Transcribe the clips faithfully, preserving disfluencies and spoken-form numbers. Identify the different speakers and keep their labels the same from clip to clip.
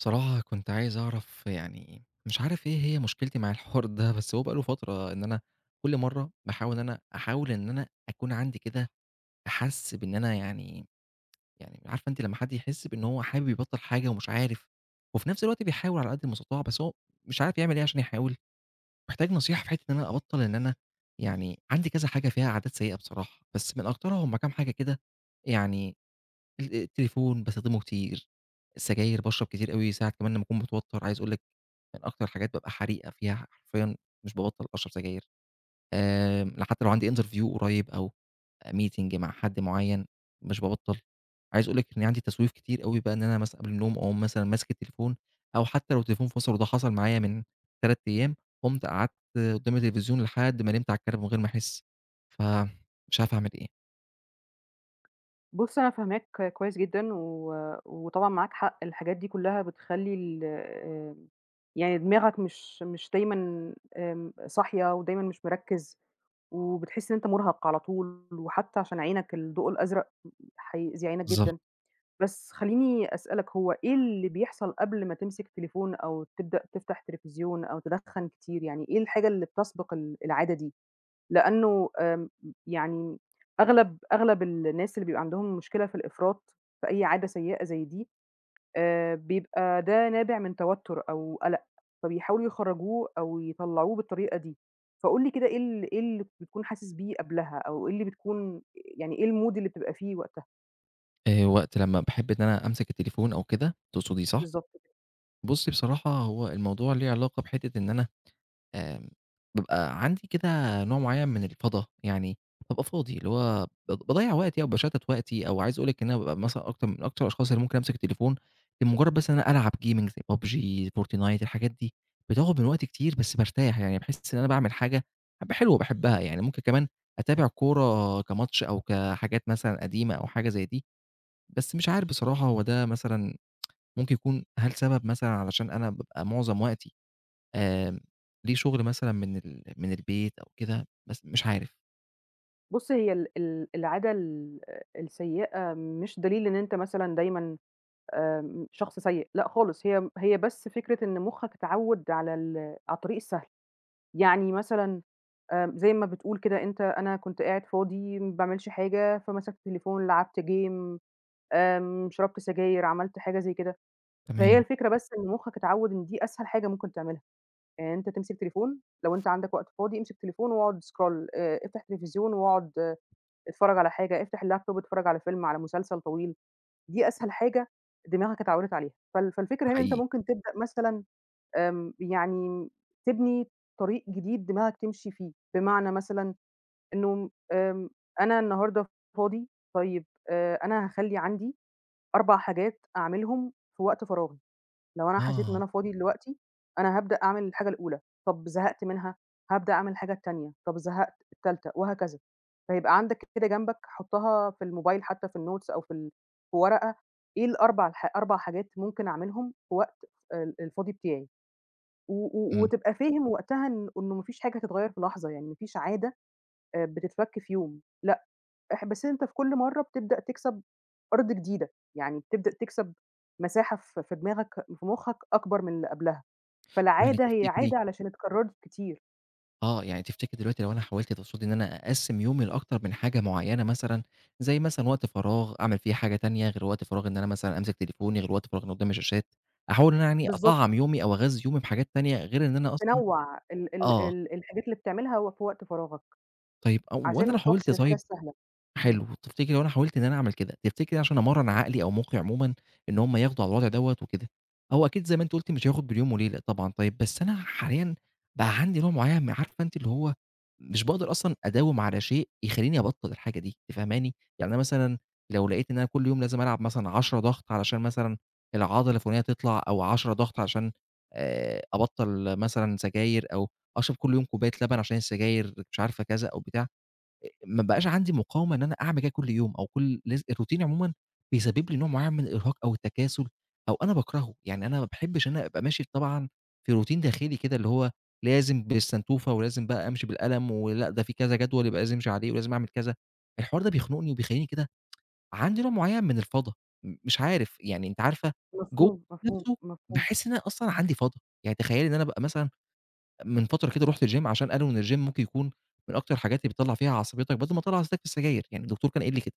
Speaker 1: بصراحة كنت عايز أعرف، يعني مش عارف إيه هي مشكلتي مع الحوار ده، بس هو بقى له فترة إن أنا كل مرّة باحاول إن أنا أحاول إن أنا أكون عندي كده، أحَس بإن أنا يعني يعني عارفة أنتِ لمّا حد يحس بإن هو حابب يبطّل حاجة ومش عارف، وفي نفس الوقت بيحاول على قد المستطاع، بس هو مش عارف يعمل إيه عشان يحاول. محتاج نصيحة في حتّة إن أنا أبطّل إن أنا يعني عندي كذا حاجة فيها عادات سيئة بصراحة، بس من أكترها هم كام حاجة كده. يعني ال التليفون باستخدمه كتير، السجاير باشرب كتير أوي، ساعات كمان لمّا أكون متوتر عايز أقول لك من أكتر الحاجات بابقى حريقة فيها حرفيًا، مش بابطّل أشرب سجاير. آمم حتى لو عندي interview قريب أو meeting مع حد معيّن مش بابطّل. عايز أقول لك إن عندي تسويف كتير أوي، بقى إن أنا مثلًا قبل النوم أقوم مثلًا ماسك التليفون، أو حتى لو التليفون في مصر، وده حصل معايا من ثلاث أيام، قُمت قعدت قدّام التلفزيون لحد ما نمت على الكنبة من غير ما أحس، فمش عارف أعمل إيه.
Speaker 2: بُص، أنا فاهماك كويس جدًا، و وطبعًا معاك حق، الحاجات دي كلّها بتخلّي ال آمم، يعني دماغك مش مش دايمًا آمم، صاحية ودايمًا مش مركّز، وبتحس إن أنت مرهق على طول، وحتى عشان عينك الضوء الأزرق هيأذي عينك
Speaker 1: بالضبط.
Speaker 2: جدًا. بس خلّيني أسألك، هو إيه اللي بيحصل قبل ما تمسك تليفون أو تبدأ تفتح تلفزيون أو تدخّن كتير، يعني إيه الحاجة اللي بتسبق ال العادة دي؟ لأنه آمم يعني أغلب أغلب الناس اللي بيبقى عندهم مشكلة في الإفراط في أي عادة سيئة زي دي، آآ بيبقى ده نابع من توتُّر أو قَلَق، فبيحاولوا يخرّجوه أو يطلّعوه بالطريقة دي. فقُل لي كده، إيه ال إيه اللي بتكون حاسس بيه قبلها، أو إيه اللي بتكون يعني إيه الmood اللي بتبقى فيه وقتها؟
Speaker 1: آآ وقت لمّا باحب إن أنا أمسك التليفون أو كده، تقصدي صح؟
Speaker 2: بالضبط كده.
Speaker 1: بُصّي بصراحة هو الموضوع ليه علاقة بحتّة إن أنا آمم بابقى عندي كده نوع معيّن من الفَضا. يعني بابقى فاضي، اللي هو ب باضيّع وقتي أو باشتّت وقتي، أو عايز أقول لِك إن أنا بابقى مثلًا أكتر من أكتر الأشخاص اللي ممكن أمسك التليفون لمجرّد بس إن أنا ألعب gaming زي بي يو بي جي، Fortnite، الحاجات دي بتاخُد من وقتي كتير. بس بارتاح، يعني باحس إن أنا باعمل حاجة حاجة حلوة باحبها. يعني ممكن كمان أتابع كورة كماتش، أو كحاجات مثلًا قديمة، أو حاجة زي دي. بس مش عارف بصراحة، هو ده مثلًا ممكن يكون هل سبب مثلًا علشان أنا بابقى معظم وقتي آمم، ليه شغل مثلًا من ال من البيت أو كده، بس مش عارف.
Speaker 2: بُص، هي ال ال العادة ال السيئة مش دليل إن أنت مثلًا دايمًا آمم، شخص سيء، لأ خالص، هي هي بس فكرة إن مُخّك اتعوّد على ال على الطريق السهل. يعني مثلًا آآ، زي ما بتقول كده، أنت أنا كنت قاعد فاضي ما باعملش حاجة، فمسكت التليفون، لعبت game، آمم، شربت سجاير، عملت حاجة زي كده. فهي
Speaker 1: تمام.
Speaker 2: الفكرة بس إن مُخّك اتعوّد إن دي أسهل حاجة ممكن تعملها. يعني أنت تمسك تليفون، لو أنت عندك وقت فاضي امسك تليفون واقعد scroll، آآ، افتح تلفزيون واقعد، آه، اتفرّج على حاجة، افتح اللابتوب اتفرّج على فيلم، على مسلسل طويل. دي أسهل حاجة دماغك اتعوّدت عليها، فال فالفكرة هنا إن أنت
Speaker 1: حقيقي.
Speaker 2: ممكن تبدأ مثلًا، آمم، يعني تبني طريق جديد دماغك تمشي فيه، بمعنى مثلًا إنه آمم، أنا النهارده فاضي، طيب آآ، أنا هاخلّي عندي أربع حاجات أعملهم في وقت فراغي. لو أنا حسيت إن
Speaker 1: آه.
Speaker 2: أنا فاضي دلوقتي، أنا هابدأ أعمل الحاجة الأولى، طب زهقت منها، هابدأ أعمل الحاجة التانية، طب زهقت، التالتة، وهكذا. فيبقى عندك كده جنبك، حُطّها في الموبايل حتى في الnotes أو في ال في ورقة، إيه ال4 الح أربع حاجات ممكن أعملهم في وقت ال الفاضي بتاعي، و و
Speaker 1: إمم.
Speaker 2: وتبقى فاهم وقتها إن إنه ما فيش حاجة هتتغيّر في لحظة. يعني ما فيش عادة آآ بتتفك في يوم، لأ، اح بس أنت في كل مرّة بتبدأ تكسب أرض جديدة، يعني بتبدأ تكسب مساحة ف في دماغك، في مُخّك، أكبر من اللي قبلها.
Speaker 1: يعني
Speaker 2: فالعادة هي
Speaker 1: تفتكري.
Speaker 2: عادة علشان اتكرّرت كتير.
Speaker 1: آه، يعني تفتكري دلوقتي لو أنا حاولت، تقصدي إن أنا أقسّم يومي لأكتر من حاجة معيّنة مثلًا، زي مثلًا وقت فراغ أعمل فيه حاجة تانية غير وقت فراغ إن أنا مثلًا أمسك تليفوني، غير وقت فراغ إنّي قدّام الشاشات، أحاول إن أنا يعني
Speaker 2: بالضبط،
Speaker 1: أطعّم يومي أو أغذّي يومي بحاجات تانية غير إن أنا أصلًا.
Speaker 2: تنوّع ال ال
Speaker 1: آه.
Speaker 2: ال الحاجات اللي بتعملها و في وقت فراغك،
Speaker 1: طيب، أو
Speaker 2: عشان
Speaker 1: وأنا لو
Speaker 2: ما
Speaker 1: حاولت
Speaker 2: تروحش للحاجة
Speaker 1: طيب.
Speaker 2: السهلة. إمم،
Speaker 1: حلو، تفتكري لو أنا حاولت إن أنا أعمل كده، تفتكري عشان أمرّن عقلي أو مخي عمومًا إن هم ياخدوا على الوضع دوّة وكده، هو أكيد زي ما أنتِ قُلتِ مش هياخد باليوم وليلة طبعًا. طيب، بس أنا حاليًا بقى عندي نوع معيّن، م عارفة أنتِ اللي هو مش باقدر أصلًا أداوم على شيء يخلّيني أبطّل الحاجة دي. أنتِ فاهماني؟ يعني أنا مثلًا لو لقيت إن أنا كل يوم لازم ألعب مثلًا عشرة ضغط علشان مثلًا العضلة الفلانية تطلع، أو عشرة ضغط عشان آآ أبطّل مثلًا سجاير، أو أشرب كل يوم كوباية لبن عشان السجاير، مش عارفة كذا أو بتاع. ما بقاش عندي مقاومة إن أنا أعمل كده كل يوم، أو كل لز الروتين عمومًا بيسبب لي نوع معيّن من الإرهاق أو التكاسل، أو أنا باكرهه. يعني أنا ما باحبش إن أنا أبقى ماشي طبعًا في روتين داخلي كده اللي هو لازم بالسنتوفة، ولازم بقى أمشي بالقلم، ولأ ده في كذا جدول يبقى لازم أمشي عليه ولازم أعمل كذا. الحوار ده بيخنقني وبيخلّيني كده عندي نوع معيّن من الفَضا. م مش عارف، يعني أنتِ عارفة جوّه
Speaker 2: مفهوم، مفهوم،
Speaker 1: نفْسه.
Speaker 2: مفهوم.
Speaker 1: باحس إن أنا أصلًا عندي فَضا. يعني تخيّلي إن أنا أبقى مثلًا من فترة كده، رُحت الgym عشان قالوا إن الgym ممكن يكون من أكتر الحاجات اللي بتطلّع فيها عصبيتك بدل ما تطلّع عصبيتك في السجاير، يعني الدكتور كان قايل لي كده.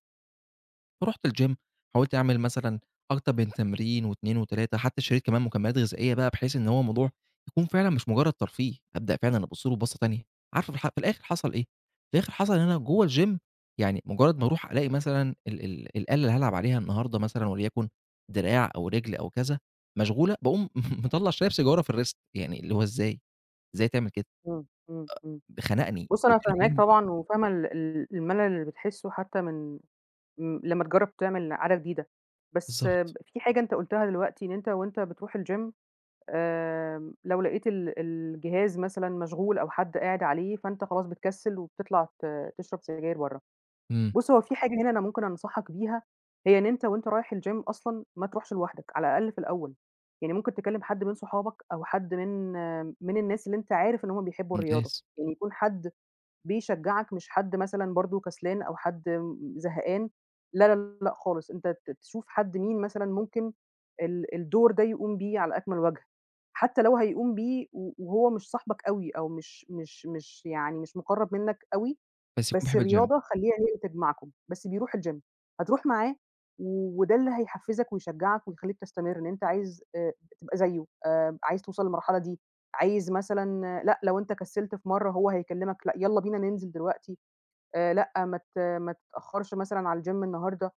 Speaker 1: فرُحت الgym، حاولت أعمل مثلًا أكتر من تمرين، و2 و3، حتى اشتريت كمان مكملات غذائية بقى بحيث إن هو الموضوع يكون فعلًا مش مجرّد ترفيه، أبدأ فعلًا أبُص له بصّة تانية. عارفة في الح في الآخر حصل إيه؟ في الآخر حصل إن أنا جوّه الgym، يعني مجرّد ما أروح ألاقي مثلًا ال ال الآلة اللي هالعب عليها النهارده، مثلًا وليكن دراع أو رِجل أو كذا، مشغولة. باقوم مطلّع شايب سيجارة في الwrist، يعني اللي هو إزاي، إزاي تعمل كده؟!
Speaker 2: إمم، إمم، إمم.
Speaker 1: خنقني
Speaker 2: بُص، أنا
Speaker 1: روتين
Speaker 2: فاهماك
Speaker 1: اليوم.
Speaker 2: طبعًا، وفاهمة ال ال الملل اللي بتحسّه حتى من م لمّا تجرّب تعمل عادة جديدة. بس
Speaker 1: بالضبط.
Speaker 2: ب في حاجة أنت قُلتها دلوقتي، إن أنت وأنت بتروح الgym، آمم، لو لقيت ال الجهاز مثلًا مشغول أو حد قاعد عليه، فأنت خلاص بتكسّل وبتطلع ت تشرب سجاير برّه.
Speaker 1: إمم.
Speaker 2: بُص، هو في حاجة هنا أنا ممكن أنصحك بيها، هي إن أنت وأنت رايح الgym أصلًا ما تروحش لوحدك، على الأقل في الأول. يعني ممكن تكلّم حد من صحابك أو حد من آم، من الناس اللي أنت عارف إن هم بيحبوا الرياضة،
Speaker 1: ممتاز.
Speaker 2: يعني يكون حد بيشجّعك، مش حد مثلًا برضه كسلان أو حد م زهقان. لا، لا، لأ خالص، أنت ت تشوف حد مين مثلًا ممكن ال الدور ده يقوم بيه على أكمل وجه، حتى لو هيقوم بيه و وهو مش صاحبك أوي، أو مش مش مش يعني مش مُقرّب منّك أوي،
Speaker 1: بس يكون
Speaker 2: بس
Speaker 1: بيحب الgym.
Speaker 2: الرياضة خلّيها هي اللي تجمعكم، بس بيروح الgym هتروح معاه، و وده اللي هيحفّزك ويشجّعك ويخلّيك تستمر، إن أنت عايز آآ تبقى زيه، آآ عايز توصل للمرحلة دي، عايز مثلًا لأ، لو أنت كسّلت في مرّة هو هيكلّمك: لأ، يالّا بينا ننزل دلوقتي، آآ لأ، ما ت ما تتأخّرش مثلًا على الgym النهارده.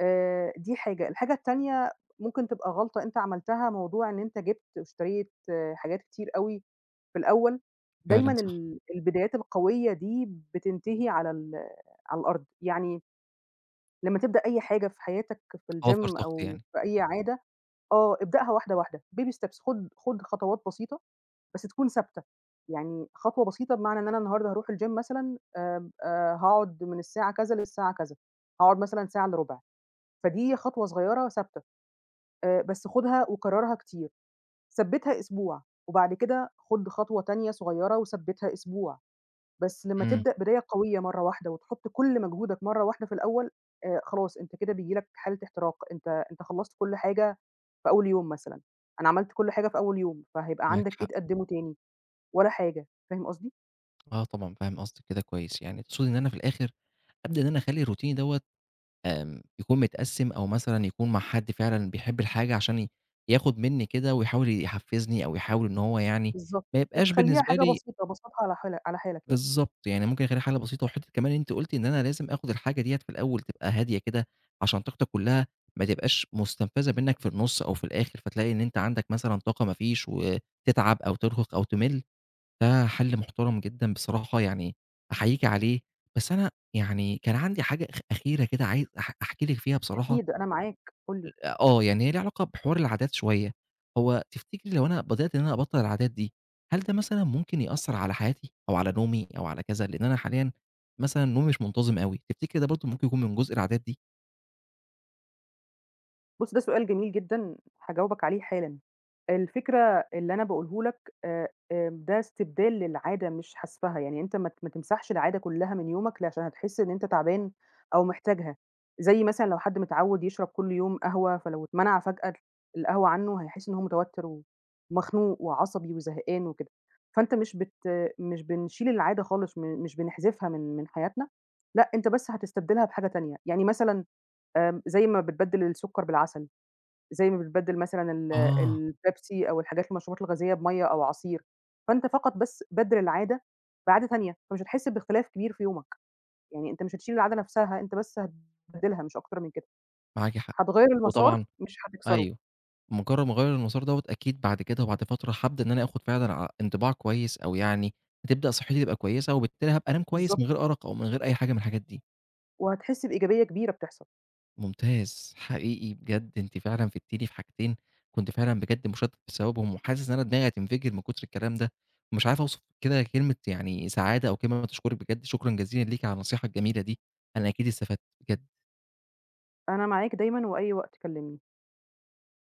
Speaker 2: آآ دي حاجة. الحاجة التانية ممكن تبقى غلطة أنت عملتها، موضوع إن أنت جِبت واشتريت حاجات كتير أوي في الأول. دايمًا
Speaker 1: فعلًا صح.
Speaker 2: ال البدايات القوية دي بتنتهي على ال على الأرض. يعني لمّا تبدأ أي حاجة في حياتك، في
Speaker 1: أوفّر
Speaker 2: الgym
Speaker 1: طاقتي
Speaker 2: أو
Speaker 1: يعني.
Speaker 2: في أي عادة، آه، ابدأها واحدة، واحدة، baby steps، خُد خُد خطوات بسيطة بس تكون ثابتة. يعني خطوة بسيطة بمعنى إن أنا النهارده هاروح الgym مثلًا، آآ، آآ، هاقعد من الساعة كذا للساعة كذا، هاقعد مثلًا ساعة إلّا ربع. فدي خطوة صغيرة ثابتة، آآ، بس خُدها وكررها كتير، ثبّتها أسبوع، وبعد كده خُد خطوة تانية صغيرة وثبّتها أسبوع. بس لمّا
Speaker 1: إمم.
Speaker 2: تبدأ بداية قوية مرّة واحدة وتحُط كل مجهودك مرّة واحدة في الأول، آآ خلاص أنت كده بييجي لك حالة احتراق. أنت أنت خلّصت كل حاجة في أول يوم مثلًا، أنا عملت كل حاجة في أول يوم، فهيبقى
Speaker 1: معاكِ
Speaker 2: عندك إيه
Speaker 1: حق.
Speaker 2: تقدّمه تاني؟ ولا حاجة، فاهم قصدي؟
Speaker 1: آه طبعًا فاهم قصدِك كده كويس، يعني تقصدي إن أنا في الآخر أبدأ إن أنا أخلّي روتيني دوّة، آمم، يكون متقسّم، أو مثلًا يكون مع حد فعلًا بيحب الحاجة عشان ي ياخد منّي كده، ويحاول يحفّزني، أو يحاول إن هو يعني
Speaker 2: بالضبط،
Speaker 1: ما يبقاش
Speaker 2: وتخلّيها
Speaker 1: بالنسبة
Speaker 2: حاجة
Speaker 1: لي.
Speaker 2: بسيطة، بسّطها على حالك، على حالك يعني.
Speaker 1: بالضبط، يعني ممكن أخلّيها حاجة بسيطة. وحتّة كمان أنتِ قُلتِ إن أنا لازم آخُد الحاجة ديّة في الأول تبقى هادية كده، عشان طاقتك كلّها ما تبقاش مُستنفذة منّك في النُص أو في الآخِر، فتلاقي إن أنت عندك مثلًا طاقة ما فيش، وتتعب أو ترهق أو تِمِل. ده حَل محترم جدًا بصراحة، يعني أحييكِ عليه. بس أنا يعني كان عندي حاجة أخ أخيرة كده، عايز أح أحكي لِك فيها بصراحة.
Speaker 2: أكيد أنا معاك، قُل لي.
Speaker 1: آه، يعني هي ليها علاقة بحوار العادات شوية. هو تفتكري لو أنا بدأت إن أنا أبطّل العادات دي، هل ده مثلًا ممكن يأثّر على حياتي أو على نومي أو على كذا؟ لإن أنا حاليًا مثلًا نومي مش منتظم أوي. تفتكري ده برضه ممكن يكون من جزء العادات دي؟
Speaker 2: بُص، ده سؤال جميل جدًا، هاجاوبك عليه حالًا. الفكرة اللي أنا باقوله لك، آآ، آآ، ده استبدال للعادة مش حذفها. يعني أنت ما ت ما تمسحش العادة كلّها من يومك ل عشان هتحس إن أنت تعبان أو محتاجها. زي مثلًا لو حد متعوّد يشرب كل يوم قهوة، فلو اتمنع فجأة القهوة عنّه هيحس إن هو متوتر ومخنوق وعصبي وزهقان وكده. فأنت مش بت مش بنشيل العادة خالص، م مش بنحذفها من من حياتنا، لأ أنت بس هتستبدلها بحاجة تانية. يعني مثلًا آمم، زي ما بتبدِّل السُكّر بالعسل، زي ما بتبدّل مثلًا ال
Speaker 1: آه.
Speaker 2: البيبسي أو الحاجات المشروبات الغازية بمَيّة أو عصير. فأنت فقط بس بَدْل العادة بعادة تانية، فمش هتحس باختلاف كبير في يومك. يعني أنت مش هتشيل العادة نفْسها، أنت بس هتبدّلها مش أكتر من كده،
Speaker 1: معاكِ حق.
Speaker 2: هتغيّر المسار
Speaker 1: وطبعًا
Speaker 2: مش هتكسره.
Speaker 1: أيوه. مجرّد ما أغيّر المسار دوّة، أكيد بعد كده وبعد فترة هابدأ إن أنا آخُد فعلًا ع انطباع كويس، أو يعني هتبدأ صحّتي تبقى كويسة، وبالتالي هابقى أنام كويس من
Speaker 2: بالضبط
Speaker 1: غير
Speaker 2: كده،
Speaker 1: أرق أو من غير أي حاجة من الحاجات دي.
Speaker 2: وهتحس بإيجابية كبيرة بتحصل.
Speaker 1: ممتاز، حقيقي بجد أنتِ فعلًا فدتيني في حاجتين كنت فعلًا بجد مُشتت بسببهم، وحاسس إن أنا دماغي هتنفجر من كتر الكلام ده، ومش عارف أوصف كده كلمة يعني سعادة أو كلمة تشكرِك بجد. شكرًا جزيلًا ليكِ على النصيحة الجميلة دي، أنا أكيد استفدت بجد.
Speaker 2: أنا معاك دايمًا، وأي وقت كلّمني.